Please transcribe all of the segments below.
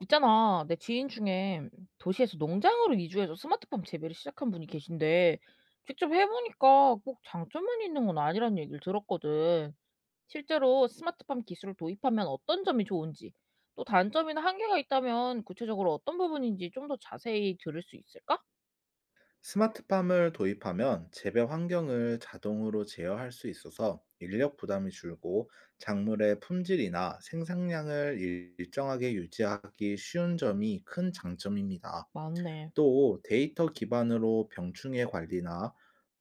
있잖아, 내 지인 중에 도시에서 농장으로 이주해서 스마트팜 재배를 시작한 분이 계신데, 직접 해보니까 꼭 장점만 있는 건 아니란 얘기를 들었거든. 실제로 스마트팜 기술을 도입하면 어떤 점이 좋은지, 또 단점이나 한계가 있다면 구체적으로 어떤 부분인지 좀 더 자세히 들을 수 있을까? 스마트팜을 도입하면 재배 환경을 자동으로 제어할 수 있어서 인력 부담이 줄고 작물의 품질이나 생산량을 일정하게 유지하기 쉬운 점이 큰 장점입니다. 맞네. 또 데이터 기반으로 병충해 관리나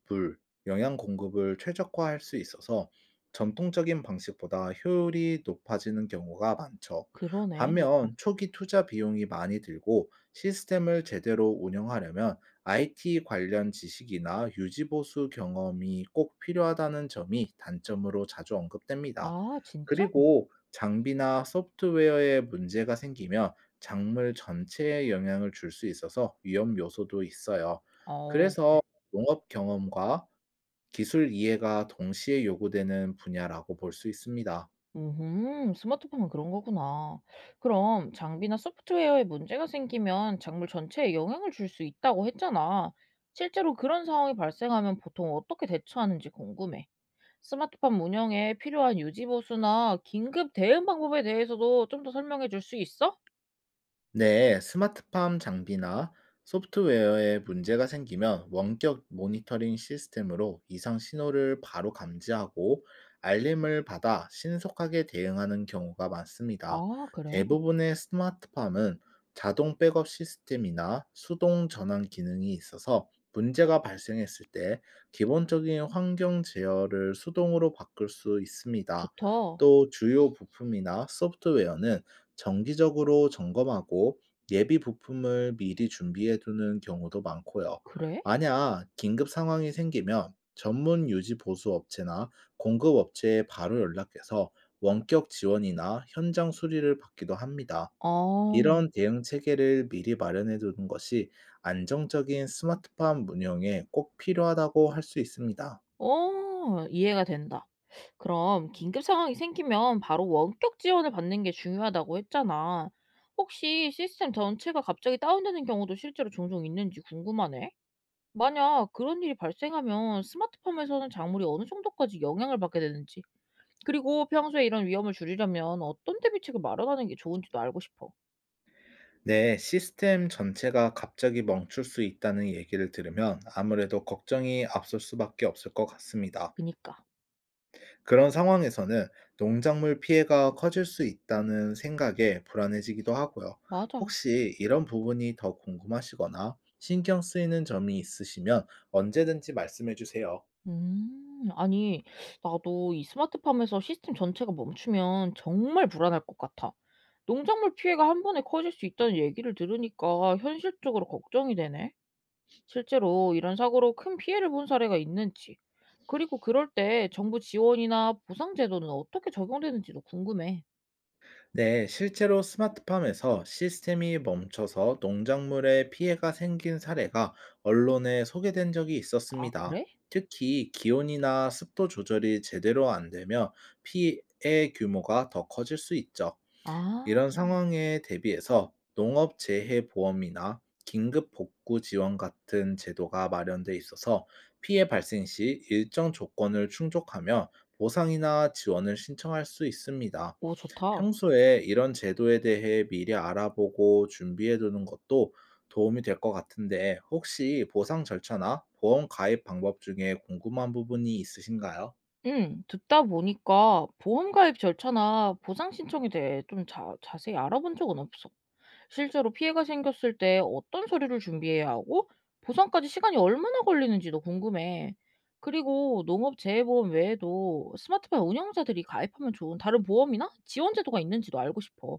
물, 영양 공급을 최적화할 수 있어서 전통적인 방식보다 효율이 높아지는 경우가 많죠. 그러네. 맞다. 반면 초기 투자 비용이 많이 들고 시스템을 제대로 운영하려면 IT 관련 지식이나 유지보수 경험이 꼭 필요하다는 점이 단점으로 자주 언급됩니다. 아, 진짜? 그리고 장비나 소프트웨어에 문제가 생기면 작물 전체에 영향을 줄 수 있어서 위험 요소도 있어요. 어, 그래. 그래서 농업 경험과 기술 이해가 동시에 요구되는 분야라고 볼 수 있습니다. 음흠. 스마트폰은 그런 거구나. 그럼 장비나 소프트웨어에 문제가 생기면 작물 전체에 영향을 줄 수 있다고 했잖아. 실제로 그런 상황이 발생하면 보통 어떻게 대처하는지 궁금해. 스마트팜 운영에 필요한 유지 보수나 긴급 대응 방법에 대해서도 좀 더 설명해 줄 수 있어? 네, 스마트팜 장비나 소프트웨어에 문제가 생기면 원격 모니터링 시스템으로 이상 신호를 바로 감지하고 알림을 받아 신속하게 대응하는 경우가 많습니다. 아, 그래? 대부분의 스마트팜은 자동 백업 시스템이나 수동 전환 기능이 있어서 문제가 발생했을 때 기본적인 환경 제어를 수동으로 바꿀 수 있습니다. 좋다. 또 주요 부품이나 소프트웨어는 정기적으로 점검하고 예비 부품을 미리 준비해 두는 경우도 많고요. 그래? 만약 긴급 상황이 생기면 전문 유지 보수 업체나 공급 업체에 바로 연락해서 원격 지원이나 현장 수리를 받기도 합니다. 아. 이런 대응 체계를 미리 마련해 두는 것이 안정적인 스마트팜 운영에 꼭 필요하다고 할 수 있습니다. 어 이해가 된다. 그럼 긴급 상황이 생기면 바로 원격 지원을 받는 게 중요하다고 했잖아. 혹시 시스템 전체가 갑자기 다운되는 경우도 실제로 종종 있는지 궁금하네. 만약 그런 일이 발생하면 스마트팜에서는 작물이 어느 정도까지 영향을 받게 되는지, 그리고 평소에 이런 위험을 줄이려면 어떤 대비책을 마련하는 게 좋은지도 알고 싶어. 네, 시스템 전체가 갑자기 멈출 수 있다는 얘기를 들으면 아무래도 걱정이 앞설 수밖에 없을 것 같습니다. 그니까. 그런 상황에서는 농작물 피해가 커질 수 있다는 생각에 불안해지기도 하고요. 맞아. 혹시 이런 부분이 더 궁금하시거나 신경 쓰이는 점이 있으시면 언제든지 말씀해 주세요. 음. 아니 나도 이 스마트팜에서 시스템 전체가 멈추면 정말 불안할 것 같아. 농작물 피해가 한 번에 커질 수 있다는 얘기를 들으니까 현실적으로 걱정이 되네. 실제로 이런 사고로 큰 피해를 본 사례가 있는지, 그리고 그럴 때 정부 지원이나 보상 제도는 어떻게 적용되는지도 궁금해. 네, 실제로 스마트팜에서 시스템이 멈춰서 농작물에 피해가 생긴 사례가 언론에 소개된 적이 아, 있었습니다. 그래? 특히 기온이나 습도 조절이 제대로 안 되며 피해 규모가 더 커질 수 있죠. 아, 이런 상황에 대비해서 농업 재해 보험이나 긴급 복구 지원 같은 제도가 마련돼 있어서 피해 발생 시 일정 조건을 충족하며 보상이나 지원을 신청할 수 있습니다. 오, 좋다. 평소에 이런 제도에 대해 미리 알아보고 준비해 두는 것도 도움이 될 것 같은데, 혹시 보상 절차나 보험 가입 방법 중에 궁금한 부분이 있으신가요? 응, 듣다 보니까 보험 가입 절차나 보상 신청에 대해 좀 자세히 알아본 적은 없어. 실제로 피해가 생겼을 때 어떤 서류를 준비해야 하고 보상까지 시간이 얼마나 걸리는지도 궁금해. 그리고 농업재해보험 외에도 스마트팜 운영자들이 가입하면 좋은 다른 보험이나 지원 제도가 있는지도 알고 싶어.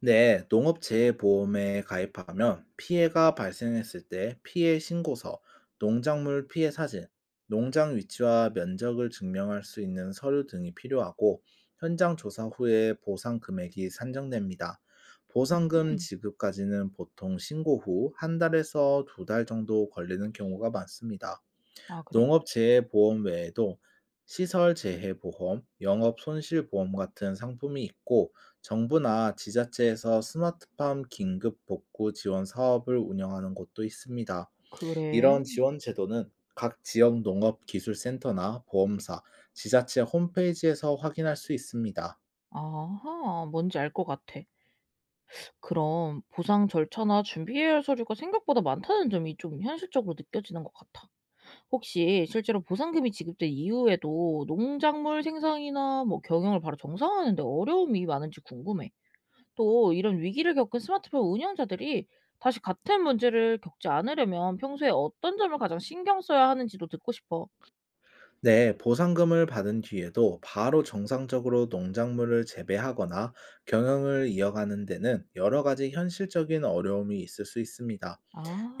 네, 농업재해보험에 가입하면 피해가 발생했을 때 피해 신고서, 농작물 피해 사진, 농장 위치와 면적을 증명할 수 있는 서류 등이 필요하고 현장 조사 후에 보상 금액이 산정됩니다. 보상금 음흠. 지급까지는 보통 신고 후 한 달에서 2달 정도 걸리는 경우가 많습니다. 아, 그래? 농업재해보험 외에도 시설재해보험, 영업손실보험 같은 상품이 있고, 정부나 지자체에서 스마트팜 긴급복구 지원 사업을 운영하는 곳도 있습니다. 그래. 이런 지원 제도는 각 지역 농업기술센터나 보험사, 지자체 홈페이지에서 확인할 수 있습니다. 아하, 뭔지 알 것 같아. 그럼 보상 절차나 준비해야 할 서류가 생각보다 많다는 점이 좀 현실적으로 느껴지는 것 같아. 혹시 실제로 보상금이 지급된 이후에도 농작물 생산이나 뭐 경영을 바로 정상화하는 데 어려움이 많은지 궁금해. 또 이런 위기를 겪은 스마트팜 운영자들이 다시 같은 문제를 겪지 않으려면 평소에 어떤 점을 가장 신경 써야 하는지도 듣고 싶어. 네, 보상금을 받은 뒤에도 바로 정상적으로 농작물을 재배하거나 경영을 이어가는 데는 여러 가지 현실적인 어려움이 있을 수 있습니다.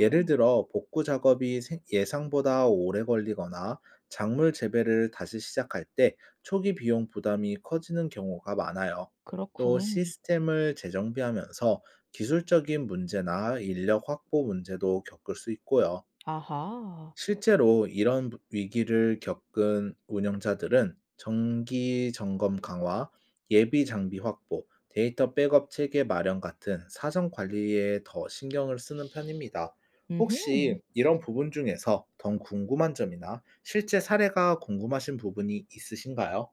예를 들어 복구 작업이 예상보다 오래 걸리거나 작물 재배를 다시 시작할 때 초기 비용 부담이 커지는 경우가 많아요. 또 그렇군. 시스템을 재정비하면서 기술적인 문제나 인력 확보 문제도 겪을 수 있고요. 아하. 실제로 이런 위기를 겪은 운영자들은 정기 점검 강화, 예비 장비 확보, 데이터 백업 체계 마련 같은 사전 관리에 더 신경을 쓰는 편입니다. 음흠. 혹시 이런 부분 중에서 더 궁금한 점이나 실제 사례가 궁금하신 부분이 있으신가요?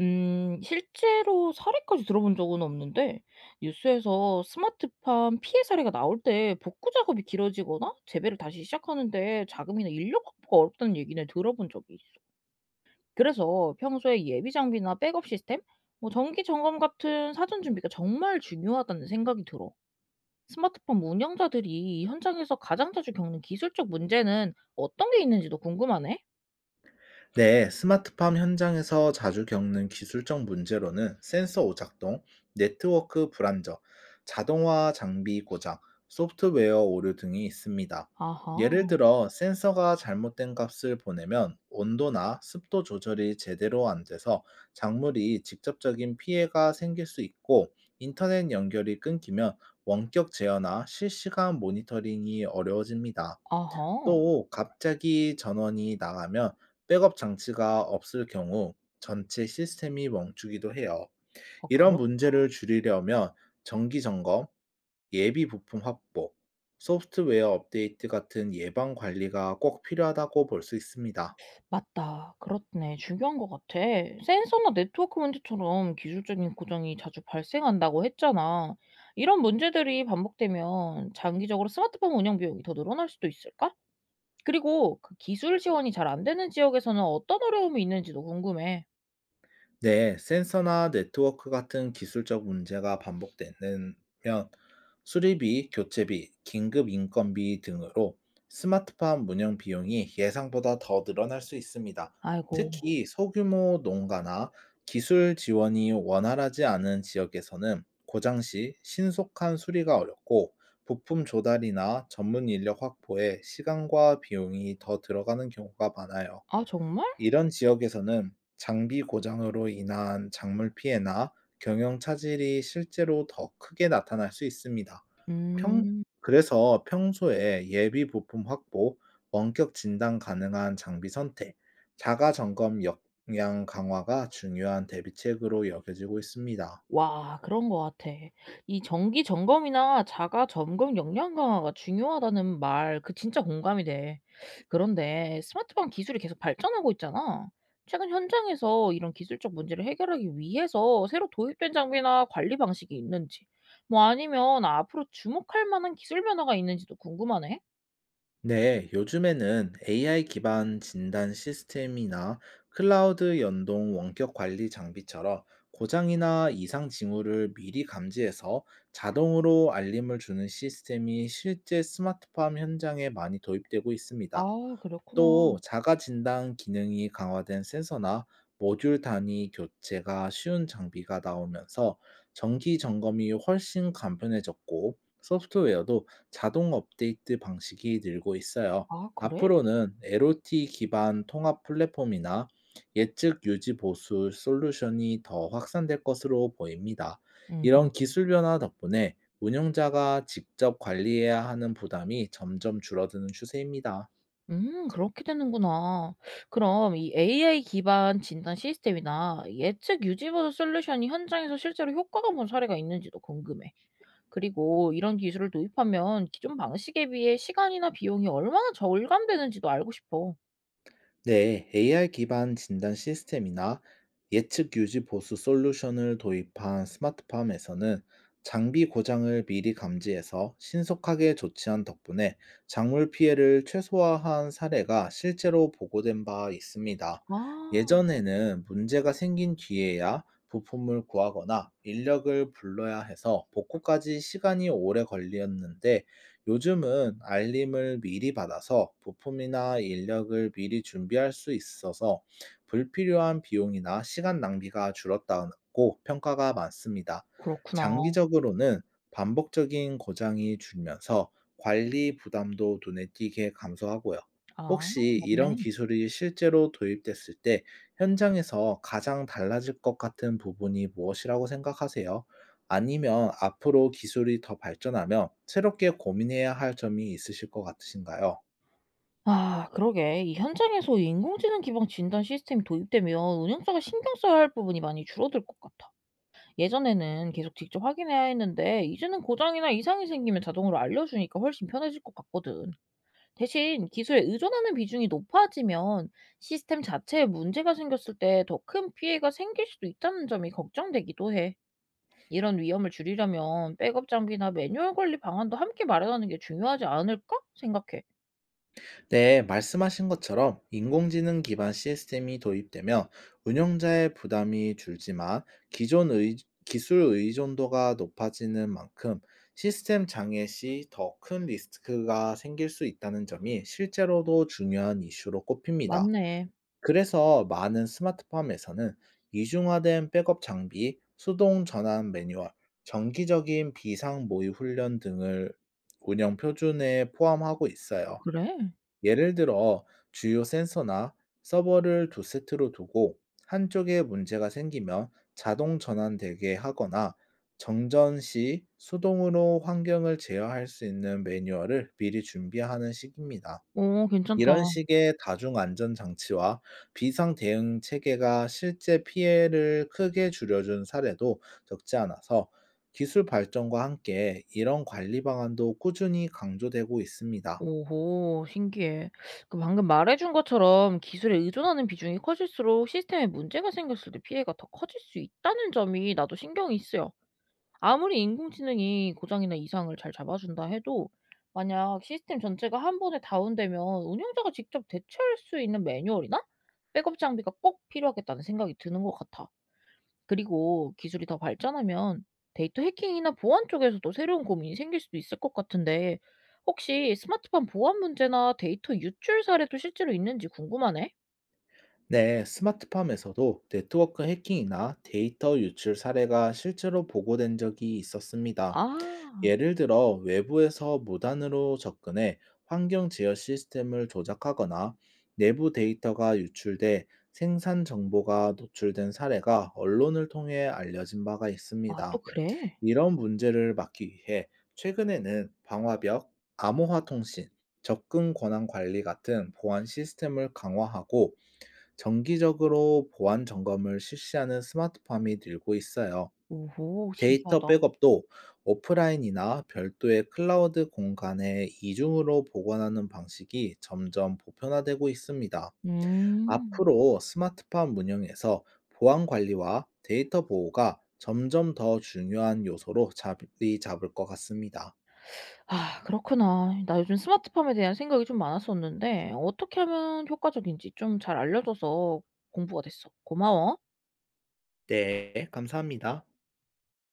실제로 사례까지 들어본 적은 없는데 뉴스에서 스마트팜 피해 사례가 나올 때 복구 작업이 길어지거나 재배를 다시 시작하는데 자금이나 인력 확보가 어렵다는 얘기는 들어본 적이 있어. 그래서 평소에 예비 장비나 백업 시스템, 뭐 정기 점검 같은 사전 준비가 정말 중요하다는 생각이 들어. 스마트팜 운영자들이 현장에서 가장 자주 겪는 기술적 문제는 어떤 게 있는지도 궁금하네. 네, 스마트팜 현장에서 자주 겪는 기술적 문제로는 센서 오작동, 네트워크 불안정, 자동화 장비 고장, 소프트웨어 오류 등이 있습니다. 예를 아하, 들어 센서가 잘못된 값을 보내면 온도나 습도 조절이 제대로 안 돼서 작물이 직접적인 피해가 생길 수 있고, 인터넷 연결이 끊기면 원격 제어나 실시간 모니터링이 어려워집니다. 아하. 또 갑자기 전원이 나가면 백업 장치가 없을 경우 전체 시스템이 멈추기도 해요. 아 이런 그렇구나. 문제를 줄이려면 정기 점검, 예비 부품 확보, 소프트웨어 업데이트 같은 예방 관리가 꼭 필요하다고 볼 수 있습니다. 맞다. 그렇네. 중요한 것 같아. 센서나 네트워크 문제처럼 기술적인 고장이 자주 발생한다고 했잖아. 이런 문제들이 반복되면 장기적으로 스마트폰 운영 비용이 더 늘어날 수도 있을까? 그리고 그 기술 지원이 잘 안 되는 지역에서는 어떤 어려움이 있는지도 궁금해. 네, 센서나 네트워크 같은 기술적 문제가 반복되면 수리비, 교체비, 긴급 인건비 등으로 스마트팜 운영 비용이 예상보다 더 늘어날 수 있습니다. 아이고. 특히 소규모 농가나 기술 지원이 원활하지 않은 지역에서는 고장 시 신속한 수리가 어렵고, 부품 조달이나 전문 인력 확보에 시간과 비용이 더 들어가는 경우가 많아요. 아, 정말? 이런 지역에서는 장비 고장으로 인한 작물 피해나 경영 차질이 실제로 더 크게 나타날 수 있습니다. 평, 음. 그래서 평소에 예비 부품 확보, 원격 진단 가능한 장비 선택, 자가 점검 역량 강화가 중요한 대비책으로 여겨지고 있습니다. 와 그런 것 같아. 이 "정기 점검이나 자가 점검 역량 강화가 중요하다."는 말 그 진짜 공감이 돼. 그런데 스마트팜 기술이 계속 발전하고 있잖아. 최근 현장에서 이런 기술적 문제를 해결하기 위해서 새로 도입된 장비나 관리 방식이 있는지, 뭐 아니면 앞으로 주목할 만한 기술 변화가 있는지도 궁금하네. 네, 요즘에는 AI 기반 진단 시스템이나 클라우드 연동 원격 관리 장비처럼 고장이나 이상 징후를 미리 감지해서 자동으로 알림을 주는 시스템이 실제 스마트팜 현장에 많이 도입되고 있습니다. 아 그렇구나. 또 자가 진단 기능이 강화된 센서나 모듈 단위 교체가 쉬운 장비가 나오면서 정기 점검이 훨씬 간편해졌고, 소프트웨어도 자동 업데이트 방식이 늘고 있어요. 아 그래? 앞으로는 IoT 기반 통합 플랫폼이나 예측 유지 보수 솔루션이 더 확산될 것으로 보입니다. 음흠. 이런 기술 변화 덕분에 운영자가 직접 관리해야 하는 부담이 점점 줄어드는 추세입니다. 그렇게 되는구나. 그럼 이 AI 기반 진단 시스템이나 예측 유지보수 솔루션이 현장에서 실제로 효과가 본 사례가 있는지도 궁금해. 그리고 이런 기술을 도입하면 기존 방식에 비해 시간이나 비용이 얼마나 절감되는지도 알고 싶어. 네, AI 기반 진단 시스템이나 예측 유지 보수 솔루션을 도입한 스마트팜에서는 장비 고장을 미리 감지해서 신속하게 조치한 덕분에 작물 피해를 최소화한 사례가 실제로 보고된 바 있습니다. 아 예전에는 문제가 생긴 뒤에야 부품을 구하거나 인력을 불러야 해서 복구까지 시간이 오래 걸렸는데, 요즘은 알림을 미리 받아서 부품이나 인력을 미리 준비할 수 있어서 불필요한 비용이나 시간 낭비가 줄었다고 평가가 많습니다. 그렇구나. 장기적으로는 반복적인 고장이 줄면서 관리 부담도 눈에 띄게 감소하고요. 아 혹시 이런 맞네. 기술이 실제로 도입됐을 때 현장에서 가장 달라질 것 같은 부분이 무엇이라고 생각하세요? 아니면 앞으로 기술이 더 발전하며 새롭게 고민해야 할 점이 있으실 것 같으신가요? 아 그러게. 이 현장에서 인공지능 기반 진단 시스템이 도입되면 운영자가 신경 써야 할 부분이 많이 줄어들 것 같아. 예전에는 계속 직접 확인해야 했는데 이제는 고장이나 이상이 생기면 자동으로 알려주니까 훨씬 편해질 것 같거든. 대신 기술에 의존하는 비중이 높아지면 시스템 자체에 문제가 생겼을 때 더 큰 피해가 생길 수도 있다는 점이 걱정되기도 해. 이런 위험을 줄이려면 백업 장비나 매뉴얼 관리 방안도 함께 마련하는 게 중요하지 않을까 생각해. 네, 말씀하신 것처럼 인공지능 기반 시스템이 도입되면 운영자의 부담이 줄지만, 기존 의, 기술 의존도가 높아지는 만큼 시스템 장애 시 더 큰 리스크가 생길 수 있다는 점이 실제로도 중요한 이슈로 꼽힙니다. 맞네. 그래서 많은 스마트팜에서는 이중화된 백업 장비, 수동 전환 매뉴얼, 정기적인 비상 모의 훈련 등을 운영 표준에 포함하고 있어요. 그래? 예를 들어 주요 센서나 서버를 두 세트로 두고 한쪽에 문제가 생기면 자동 전환되게 하거나, 정전 시 수동으로 환경을 제어할 수 있는 매뉴얼을 미리 준비하는 식입니다. 오 괜찮다. 이런 식의 다중 안전 장치와 비상 대응 체계가 실제 피해를 크게 줄여준 사례도 적지 않아서, 기술 발전과 함께 이런 관리 방안도 꾸준히 강조되고 있습니다. 오호 신기해. 그 방금 말해준 것처럼 기술에 의존하는 비중이 커질수록 시스템에 문제가 생겼을 때 피해가 더 커질 수 있다는 점이 나도 신경이 쓰여. 아무리 인공지능이 고장이나 이상을 잘 잡아준다 해도 만약 시스템 전체가 한 번에 다운되면 운영자가 직접 대처할 수 있는 매뉴얼이나 백업 장비가 꼭 필요하겠다는 생각이 드는 것 같아. 그리고 기술이 더 발전하면 데이터 해킹이나 보안 쪽에서도 새로운 고민이 생길 수도 있을 것 같은데 혹시 스마트폰 보안 문제나 데이터 유출 사례도 실제로 있는지 궁금하네? 네, 스마트팜에서도 네트워크 해킹이나 데이터 유출 사례가 실제로 보고된 적이 있었습니다. 아, 예를 들어 외부에서 무단으로 접근해 환경 제어 시스템을 조작하거나 내부 데이터가 유출돼 생산 정보가 노출된 사례가 언론을 통해 알려진 바가 아, 또 있습니다. 그래? 이런 문제를 막기 위해 최근에는 방화벽, 암호화 통신, 접근 권한 관리 같은 보안 시스템을 강화하고 정기적으로 보안 점검을 실시하는 스마트팜이 늘고 있어요. 오호, 데이터 신기하다. 백업도 오프라인이나 별도의 클라우드 공간에 이중으로 보관하는 방식이 점점 보편화되고 있습니다. 음, 앞으로 스마트팜 운영에서 보안 관리와 데이터 보호가 점점 더 중요한 요소로 자리 잡을 것 같습니다. 아, 그렇구나. 나 요즘 스마트팜에 대한 생각이 좀 많았었는데, 어떻게 하면 효과적인지 좀 잘 알려줘서 공부가 됐어. 고마워. 네, 감사합니다.